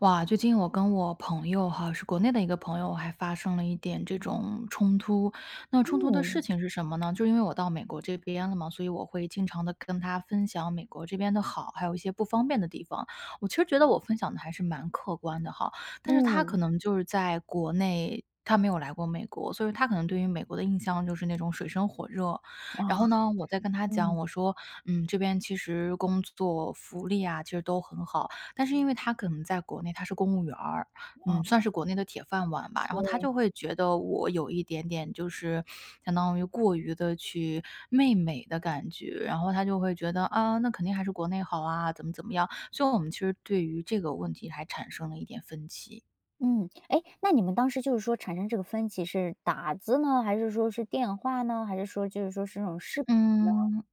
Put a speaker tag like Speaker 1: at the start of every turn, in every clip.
Speaker 1: 哇，最近我跟我朋友哈，是国内的一个朋友，还发生了一点这种冲突。那冲突的事
Speaker 2: 嗯，
Speaker 1: 情是什么呢？就因为我到美国这边了嘛，所以我会经常的跟他分享美国这边的好，还有一些不方便的地方。我其实觉得我分享的还是蛮客观的哈，但是他可
Speaker 2: 嗯，
Speaker 1: 能就是在国内他没有来过美国，所以他可能对于美国的印象就是那种水深火热。然后
Speaker 2: 啊
Speaker 1: 呢，我在跟他讲，
Speaker 2: 嗯
Speaker 1: 我说：“嗯，这边其实工作福利啊，其实都很好。”但是因为他可能在国内他是公务员儿，
Speaker 2: 哦，
Speaker 1: 嗯，算
Speaker 2: 啊
Speaker 1: 是国内的铁饭碗吧，然后他
Speaker 2: 对，
Speaker 1: 就会觉得我有一点点就是相当于过于的去媚美的感觉，然后他就会觉得，啊，那肯定还是国内好啊，怎么怎么样，所以我们其实对于这个问题还产生了一点分歧。
Speaker 2: 嗯，哎，那你们当时就是说产生这个分歧是打字呢，还是说是电话呢，还是说就是说是那种视频？
Speaker 1: 嗯。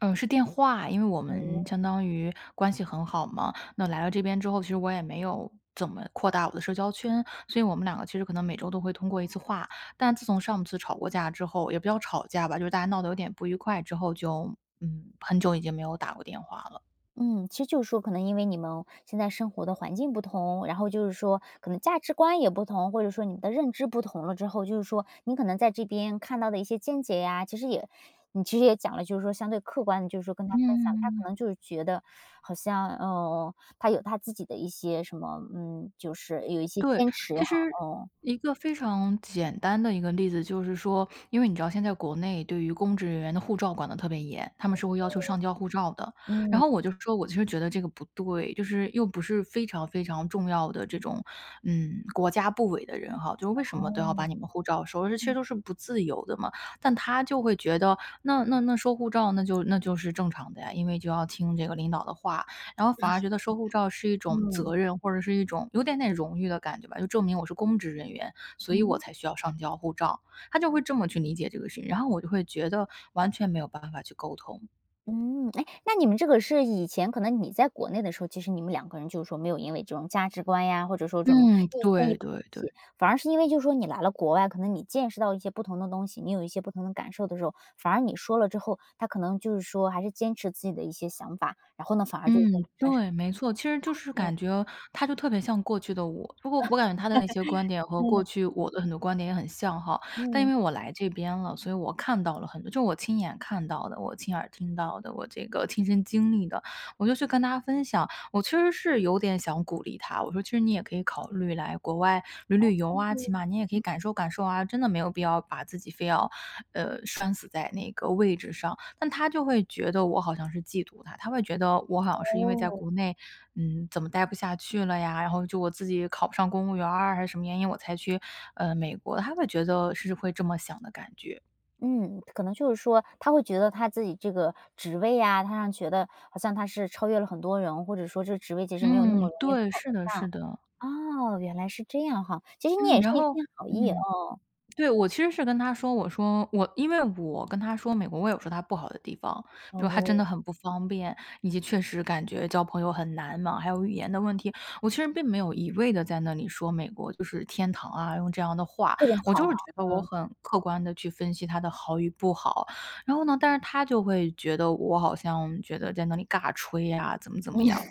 Speaker 1: 嗯，是电话，因为我们相当于关系很好嘛。那来了这边之后，其实我也没有怎么扩大我的社交圈，所以我们两个其实可能每周都会通过一次话。但自从上次吵过架之后，也不叫吵架吧，就是大家闹得有点不愉快之后就，嗯，很久已经没有打过电话了。
Speaker 2: 嗯，其实就是说可能因为你们现在生活的环境不同，然后就是说可能价值观也不同，或者说你们的认知不同了之后，就是说你可能在这边看到的一些见解呀，其实也你其实也讲了，就是说相对客观的，就是说跟他分享，他
Speaker 1: 嗯。
Speaker 2: 可能就是觉得好像，哦，他有他自己的一些什么，嗯，就是有一些
Speaker 1: 对，
Speaker 2: 坚持
Speaker 1: 其
Speaker 2: 哈，
Speaker 1: 实
Speaker 2: 哦，
Speaker 1: 一个非常简单的一个例子就是说，因为你知道现在国内对于公职人员的护照管得特别严，他们是会要求上交护照的。然
Speaker 2: 嗯，
Speaker 1: 后我就说，我其实觉得这个不对，就是又不是非常非常重要的这种，嗯，国家部委的人哈，就是为什么都要把
Speaker 2: 哦，
Speaker 1: 你们护照收？这其实
Speaker 2: 嗯
Speaker 1: 都是不自由的嘛。但他就会觉得，那收护照，那就是正常的呀，因为就要听这个领导的话，然后反而觉得收护照是一种
Speaker 2: 嗯
Speaker 1: 责任，或者是一种有点点荣誉的感觉吧，就证明我是公职人员，所以我
Speaker 2: 嗯。
Speaker 1: 才需要上交护照。他就会这么去理解这个事情，然后我就会觉得完全没有办法去沟通。
Speaker 2: 嗯，哎，那你们这个是以前可能你在国内的时候，其实你们两个人就是说没有因为这种价值观呀，或者说这种
Speaker 1: 嗯，
Speaker 2: 意见，
Speaker 1: 对对对。
Speaker 2: 反而是因为就是说你来了国外，可能你见识到一些不同的东西，你有一些不同的感受的时候，反而你说了之后，他可能就是说还是坚持自己的一些想法，然后呢，反而就是说
Speaker 1: 嗯，
Speaker 2: 产生
Speaker 1: 对，没错，其实就是
Speaker 2: 哦，
Speaker 1: 感觉他就特别像过去的我，不过我感觉他的那些观点和过
Speaker 2: 嗯
Speaker 1: 去我的很多观点也很像哈，但因
Speaker 2: 嗯
Speaker 1: 为我来这边了，所以我看到了很多，就我亲眼看到的，我亲耳听到的，我这个亲身经历的，我就去跟大家分享。我其实是有点想鼓励他，我说其实你也可以考虑来国外旅旅游啊，起码你也可以感受感受啊，真的没有必要把自己非要，拴死在那个位置上。但他就会觉得我好像是嫉妒他，他会觉得我好像是因为在
Speaker 2: 哦。
Speaker 1: 国内，嗯，怎么待不下去了呀，然后就我自己考不上公务员儿还是什么原因我才去，美国，他会觉得是会这么想的感觉。
Speaker 2: 嗯，可能就是说，他会觉得他自己这个职位呀、他让觉得好像他是超越了很多人，或者说这个职位其实没有那么
Speaker 1: 嗯，
Speaker 2: 容易
Speaker 1: 对，
Speaker 2: 考
Speaker 1: 是
Speaker 2: 得
Speaker 1: 的是
Speaker 2: 上。
Speaker 1: 的。
Speaker 2: 哦，原来是这样哈，其实你
Speaker 1: 嗯，
Speaker 2: 也是
Speaker 1: 然
Speaker 2: 一
Speaker 1: 后
Speaker 2: 片好意
Speaker 1: 嗯。
Speaker 2: 哦，
Speaker 1: 对，我其实是跟他说，我说我因为我跟他说美国，我有说他不好的地方，比如他
Speaker 2: 哦，
Speaker 1: 真的很不方便，以及确实感觉交朋友很难嘛，还有语言的问题。我其实并没有一味的在那里说美国就是天堂啊，用这样的话，
Speaker 2: 各种
Speaker 1: 我
Speaker 2: 好
Speaker 1: 就
Speaker 2: 哈，
Speaker 1: 是觉得我
Speaker 2: 嗯，
Speaker 1: 很客观的去分析它的好与不好。然后呢，但是他就会觉得我好像觉得在那里尬吹呀、怎么怎么样。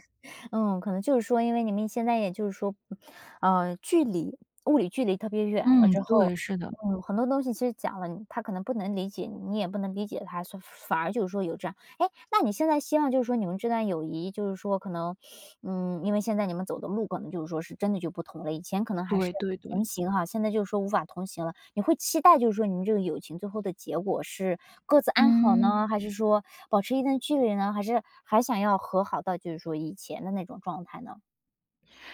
Speaker 2: 嗯，可能就是说因为你们现在也就是说，呃，距离物理距离特别远了
Speaker 1: 嗯，
Speaker 2: 之
Speaker 1: 对，
Speaker 2: 后，
Speaker 1: 是的，
Speaker 2: 嗯，很多东西其实讲了，他可能不能理解你，你也不能理解他，所以反而就是说有这样。哎，那你现在希望就是说你们这段友谊，就是说可能嗯，因为现在你们走的路可能就是说是真的就不同了，以前可能还是
Speaker 1: 对对对，
Speaker 2: 同行哈，现在就是说无法同行了。你会期待就是说你们这个友情最后的结果是各自安好
Speaker 1: 嗯。
Speaker 2: 呢，还是说保持一定距离呢，还是还想要和好到就是说以前的那种状态呢？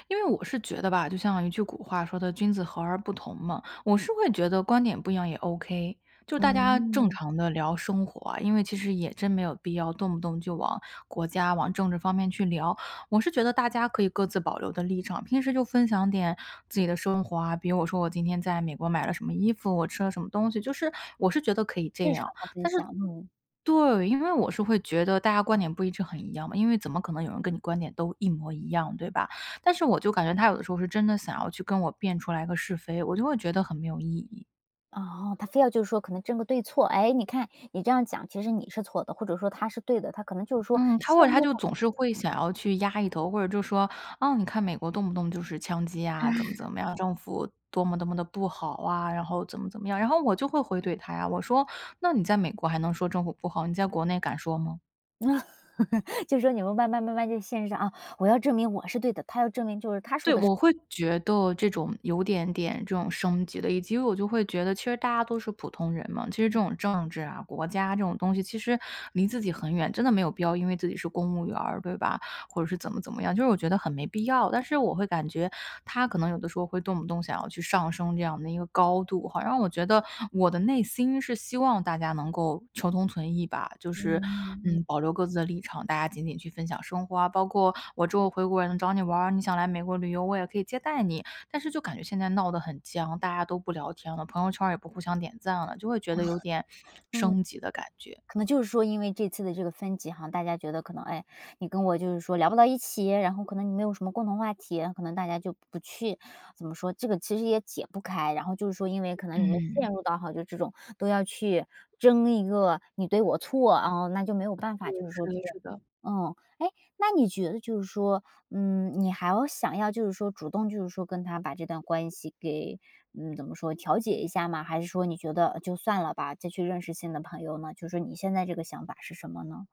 Speaker 1: 因为我是觉得吧，就像一句古话说的“君子和而不同”嘛，我是会觉得观点不一样也 OK，就大家正
Speaker 2: 嗯，
Speaker 1: 常的聊生活啊，因为其实也真没有必要动不动就往国家、往政治方面去聊。我是觉得大家可以各自保留的立场，平时就分享点自己的生活啊，比如我说我今天在美国买了什么衣服，我吃了什么东西，就是我是觉得可以这
Speaker 2: 日常
Speaker 1: 样。
Speaker 2: 的分
Speaker 1: 但是
Speaker 2: 享，嗯。
Speaker 1: 对，因为我是会觉得大家观点不一致很一样嘛，因为怎么可能有人跟你观点都一模一样，对吧？但是我就感觉他有的时候是真的想要去跟我辩出来个是非，我就会觉得很没有意义。
Speaker 2: 哦，他非要就是说可能争个对错，哎，你看你这样讲，其实你是错的，或者说他是对的，他可能就是说
Speaker 1: 嗯，他或
Speaker 2: 陷
Speaker 1: 者他
Speaker 2: 入
Speaker 1: 就总是会想要去压一头，或者就说，哦，你看美国动不动就是枪击啊，怎么怎么样，政府多么多么的不好啊，然后怎么怎么样，然后我就会回怼他呀，我说，那你在美国还能说政府不好，你在国内敢说吗？
Speaker 2: 就说你们慢慢慢慢就陷上啊，我要证明我是对的，他要证明就是他
Speaker 1: 对，
Speaker 2: 说的是
Speaker 1: 我会觉得这种有点点这种升级的，以及我就会觉得，其实大家都是普通人嘛。其实这种政治啊、国家这种东西，其实离自己很远，真的没有必要因为自己是公务员儿，对吧？或者是怎么怎么样，就是我觉得很没必要。但是我会感觉他可能有的时候会动不动想要去上升这样的一个高度，好让我觉得我的内心是希望大家能够求同存异吧，就是
Speaker 2: 嗯。
Speaker 1: 嗯，保留各自的立场，大家仅仅去分享生活啊。包括我之后回国也能找你玩儿，你想来美国旅游，我也可以接待你。但是就感觉现在闹得很僵，大家都不聊天了，朋友圈儿也不互相点赞了，就会觉得有点
Speaker 2: 嗯，
Speaker 1: 升级的感觉。
Speaker 2: 可能就是说因为这次的这个分歧哈，大家觉得可能，哎，你跟我就是说聊不到一起，然后可能你没有什么共同话题，可能大家就不去怎么说，这个其实也解不开。然后就是说，因为可能你们
Speaker 1: 嗯，
Speaker 2: 陷入到哈，就这种都要去争一个你对我错啊，那就没有办
Speaker 1: 对，
Speaker 2: 法，就是
Speaker 1: 是
Speaker 2: 说
Speaker 1: 的，
Speaker 2: 这样
Speaker 1: 是的。
Speaker 2: 嗯，哎，那你觉得就是说，嗯，你还要想要就是说主动就是说跟他把这段关系给，嗯，怎么说调解一下吗？还是说你觉得就算了吧，再去认识新的朋友呢？就是你现在这个想法是什么呢？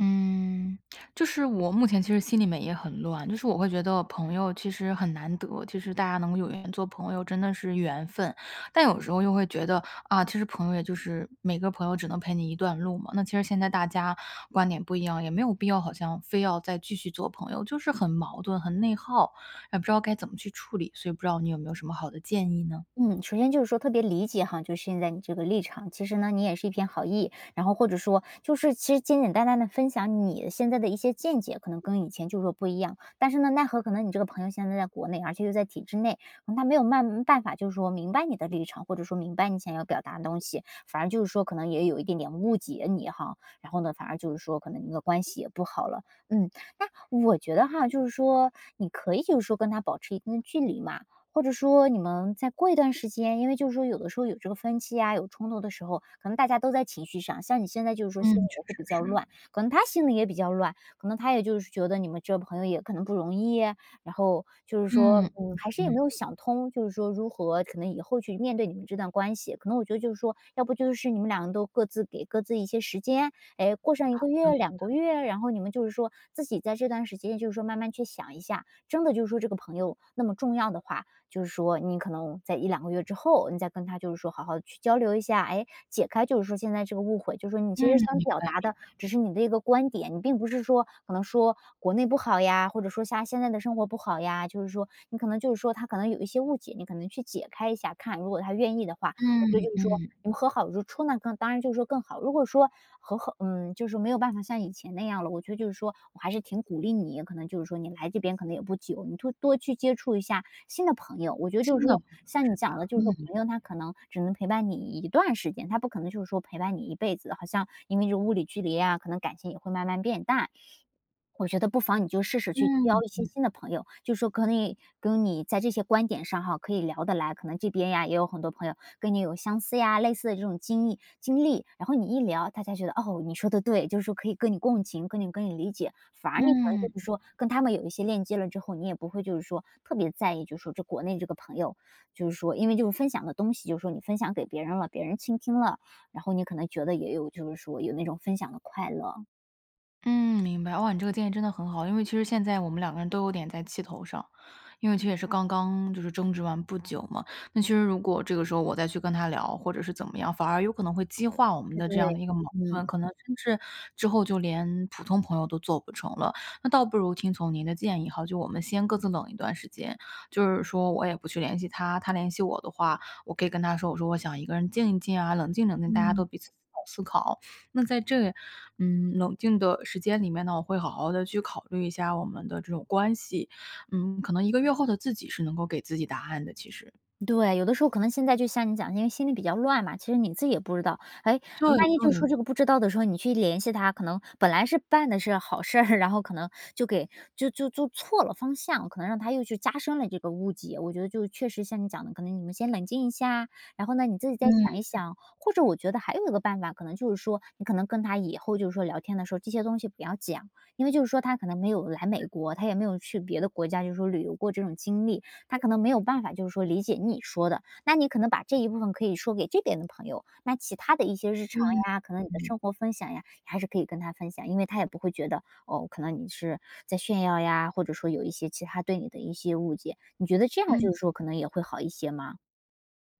Speaker 1: 嗯，就是我目前其实心里面也很乱，就是我会觉得朋友其实很难得，其实大家能够有缘做朋友真的是缘分，但有时候又会觉得啊，其实朋友也就是每个朋友只能陪你一段路嘛。那其实现在大家观点不一样，也没有必要好像非要再继续做朋友，就是很矛盾、很内耗，也不知道该怎么去处理，所以不知道你有没有什么好的建议呢？
Speaker 2: 嗯，首先就是说特别理解哈，就是现在你这个立场，其实呢，你也是一片好意，然后或者说就是其实简简单单的分享你现在的一些见解，可能跟以前就是说不一样，但是呢，奈何可能你这个朋友现在在国内，而且又在体制内，可能他没有办法就是说明白你的立场，或者说明白你想要表达的东西，反而就是说可能也有一点点误解你哈，然后呢，反而就是说可能你们的关系也不好了，嗯，那我觉得哈，就是说你可以就是说跟他保持一定的距离嘛，或者说你们再过一段时间，因为就是说有的时候有这个分歧啊，有冲突的时候，可能大家都在情绪上，像你现在就是说心里
Speaker 1: 嗯，确
Speaker 2: 也是
Speaker 1: 实
Speaker 2: 比较
Speaker 1: 是。
Speaker 2: 乱，可能他心里也比较乱，可能他也就是觉得你们这朋友也可能不容易，然后就是说，
Speaker 1: 嗯
Speaker 2: 嗯，还是也没
Speaker 1: 嗯
Speaker 2: 有想通，就是说如何可能以后去面对你们这段关系，可能我觉得就是说，要不就是你们两个都各自给各自一些时间，哎，过上一个月、两个月，然后你们就是说自己在这段时间，就是说慢慢去想一下，真的就是说这个朋友那么重要的话，就是说你可能在一两个月之后，你再跟他就是说好好地去交流一下，哎，解开就是说现在这个误会，就是说你
Speaker 1: 嗯，
Speaker 2: 其实想
Speaker 1: 明
Speaker 2: 表
Speaker 1: 白，
Speaker 2: 达的只是你的一个观点，你并不是说可能说国内不好呀，或者说像现在的生活不好呀，就是说你可能就是说他可能有一些误解，你可能去解开一下看，如果他愿意的话，我觉得
Speaker 1: 嗯
Speaker 2: 就是
Speaker 1: 嗯，
Speaker 2: 说，
Speaker 1: 嗯
Speaker 2: 你们和好如初那更当然就是说更好。如果说和好，嗯，就是没有办法像以前那样了，我觉得就是说我还是挺鼓励你，可能就是说你来这边可能也不久，你多多去接触一下新的朋友。我觉得就
Speaker 1: 新
Speaker 2: 是
Speaker 1: 的
Speaker 2: 说，
Speaker 1: 朋友，
Speaker 2: 像你讲的，就是说
Speaker 1: 嗯
Speaker 2: 朋友他可能只能陪伴你一段时间，他不可能就是说陪伴你一辈子。好像因为这物理距离啊，可能感情也会慢慢变淡。我觉得不妨你就试试去
Speaker 1: 嗯
Speaker 2: 交一些新的朋友，就说可以跟你在这些观点上哈可以聊得来，可能这边呀也有很多朋友跟你有相似呀、类似的这种经历，然后你一聊，大家觉得哦你说的对，就是说可以跟你共情，跟你理解，反而你可能
Speaker 1: 嗯，
Speaker 2: 就是说跟他们有一些链接了之后，你也不会就是说特别在意，就是说这国内这个朋友，就是说因为就是分享的东西，就是说你分享给别人了，别人倾听了，然后你可能觉得也有就是说有那种分享的快乐，
Speaker 1: 嗯，明白。哇，你这个建议真的很好，因为其实现在我们两个人都有点在气头上，因为其实也是刚刚就是争执完不久嘛。那其实如果这个时候我再去跟他聊，或者是怎么样，反而有可能会激化我们
Speaker 2: 对
Speaker 1: 的
Speaker 2: 对，
Speaker 1: 这样的一个矛盾，
Speaker 2: 嗯。
Speaker 1: 可能甚至之后就连普通朋友都做不成了。那倒不如听从您的建议哈，就我们先各自冷一段时间，就是说我也不去联系他，他联系我的话，我可以跟他说，我说我想一个人静一静啊，冷静冷静，大家都
Speaker 2: 嗯。
Speaker 1: 彼此思考思考。那在这，嗯，冷静的时间里面呢，我会好好的去考虑一下我们的这种关系。嗯，可能一个月后的自己是能够给自己答案的，其实。
Speaker 2: 对，有的时候可能现在就像你讲，因为心里比较乱嘛，其实你自己也不知道。哎，
Speaker 1: 对
Speaker 2: 万一就是
Speaker 1: 对，
Speaker 2: 说这个不知道的时候，你去联系他，可能本来是办的是好事儿，然后可能就给就就就错了方向，可能让他又去加深了这个误解。我觉得就确实像你讲的，可能你们先冷静一下，然后呢你自己再想
Speaker 1: 嗯
Speaker 2: 一想，或者我觉得还有一个办法，可能就是说你可能跟他以后就是说聊天的时候这些东西不要讲，因为就是说他可能没有来美国，他也没有去别的国家就是说旅游过这种经历，他可能没有办法，就是说理解你说的，那你可能把这一部分可以说给这边的朋友，那其他的一些日常
Speaker 1: 嗯
Speaker 2: 呀，可能你的
Speaker 1: 嗯
Speaker 2: 生活分享呀，你还是可以跟他分享，因为他也不会觉得哦，可能你是在炫耀呀，或者说有一些其他对你的一些误解。你觉得这样
Speaker 1: 嗯，
Speaker 2: 就是说可能也会好一些吗？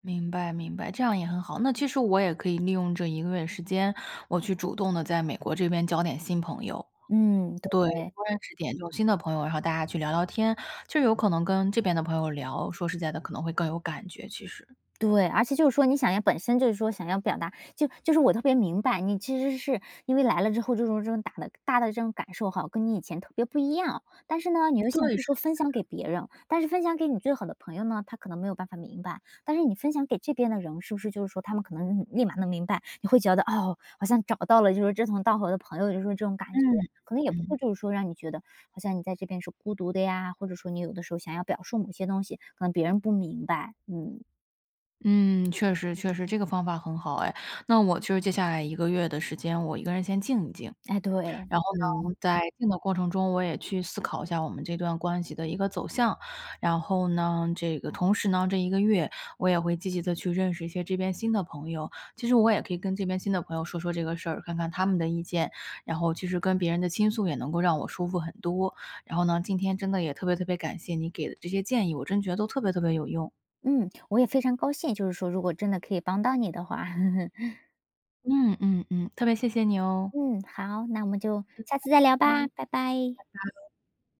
Speaker 1: 明白明白，这样也很好。那其实我也可以利用这1个月时间，我去主动的在美国这边交点新朋友。
Speaker 2: 嗯，
Speaker 1: 对，
Speaker 2: 对。
Speaker 1: 多认识点这种新的朋友，然后大家去聊聊天，就有可能跟这边的朋友聊，说实在的可能会更有感觉，其实。
Speaker 2: 对，而且就是说你想要本身就是说想要表达，就是我特别明白，你其实是因为来了之后这种大的这种感受哈，跟你以前特别不一样。但是呢，你又想
Speaker 1: 对，
Speaker 2: 就是
Speaker 1: 是
Speaker 2: 说分享给别人，但是分享给你最好的朋友呢，他可能没有办法明白。但是你分享给这边的人，是不是就是说他们可能立马能明白？你会觉得哦，好像找到了就是志同道合的朋友，就是说这种
Speaker 1: 嗯，
Speaker 2: 感觉。可能也不会，
Speaker 1: 嗯。
Speaker 2: 就是说让你觉得好像你在这边是孤独的呀，或者说你有的时候想要表述某些东西，可能别人不明白，嗯。
Speaker 1: 嗯，确实确实，这个方法很好哎。那我就是接下来1个月的时间，我一个人先静一静。
Speaker 2: 哎，对，
Speaker 1: 然后
Speaker 2: 嗯，
Speaker 1: 呢，在静的过程中，我也去思考一下我们这段关系的一个走向。然后呢，这个同时呢，这一个月我也会积极的去认识一些这边新的朋友。其实我也可以跟这边新的朋友说说这个事儿，看看他们的意见，然后其实跟别人的倾诉也能够让我舒服很多。然后呢，今天真的也特别特别感谢你给的这些建议，我真觉得都特别特别有用。
Speaker 2: 嗯，我也非常高兴，就是说如果真的可以帮到你的话，
Speaker 1: 嗯嗯嗯，特别谢谢你哦。
Speaker 2: 嗯，好，那我们就下次再聊吧，
Speaker 1: 拜。
Speaker 2: 拜拜。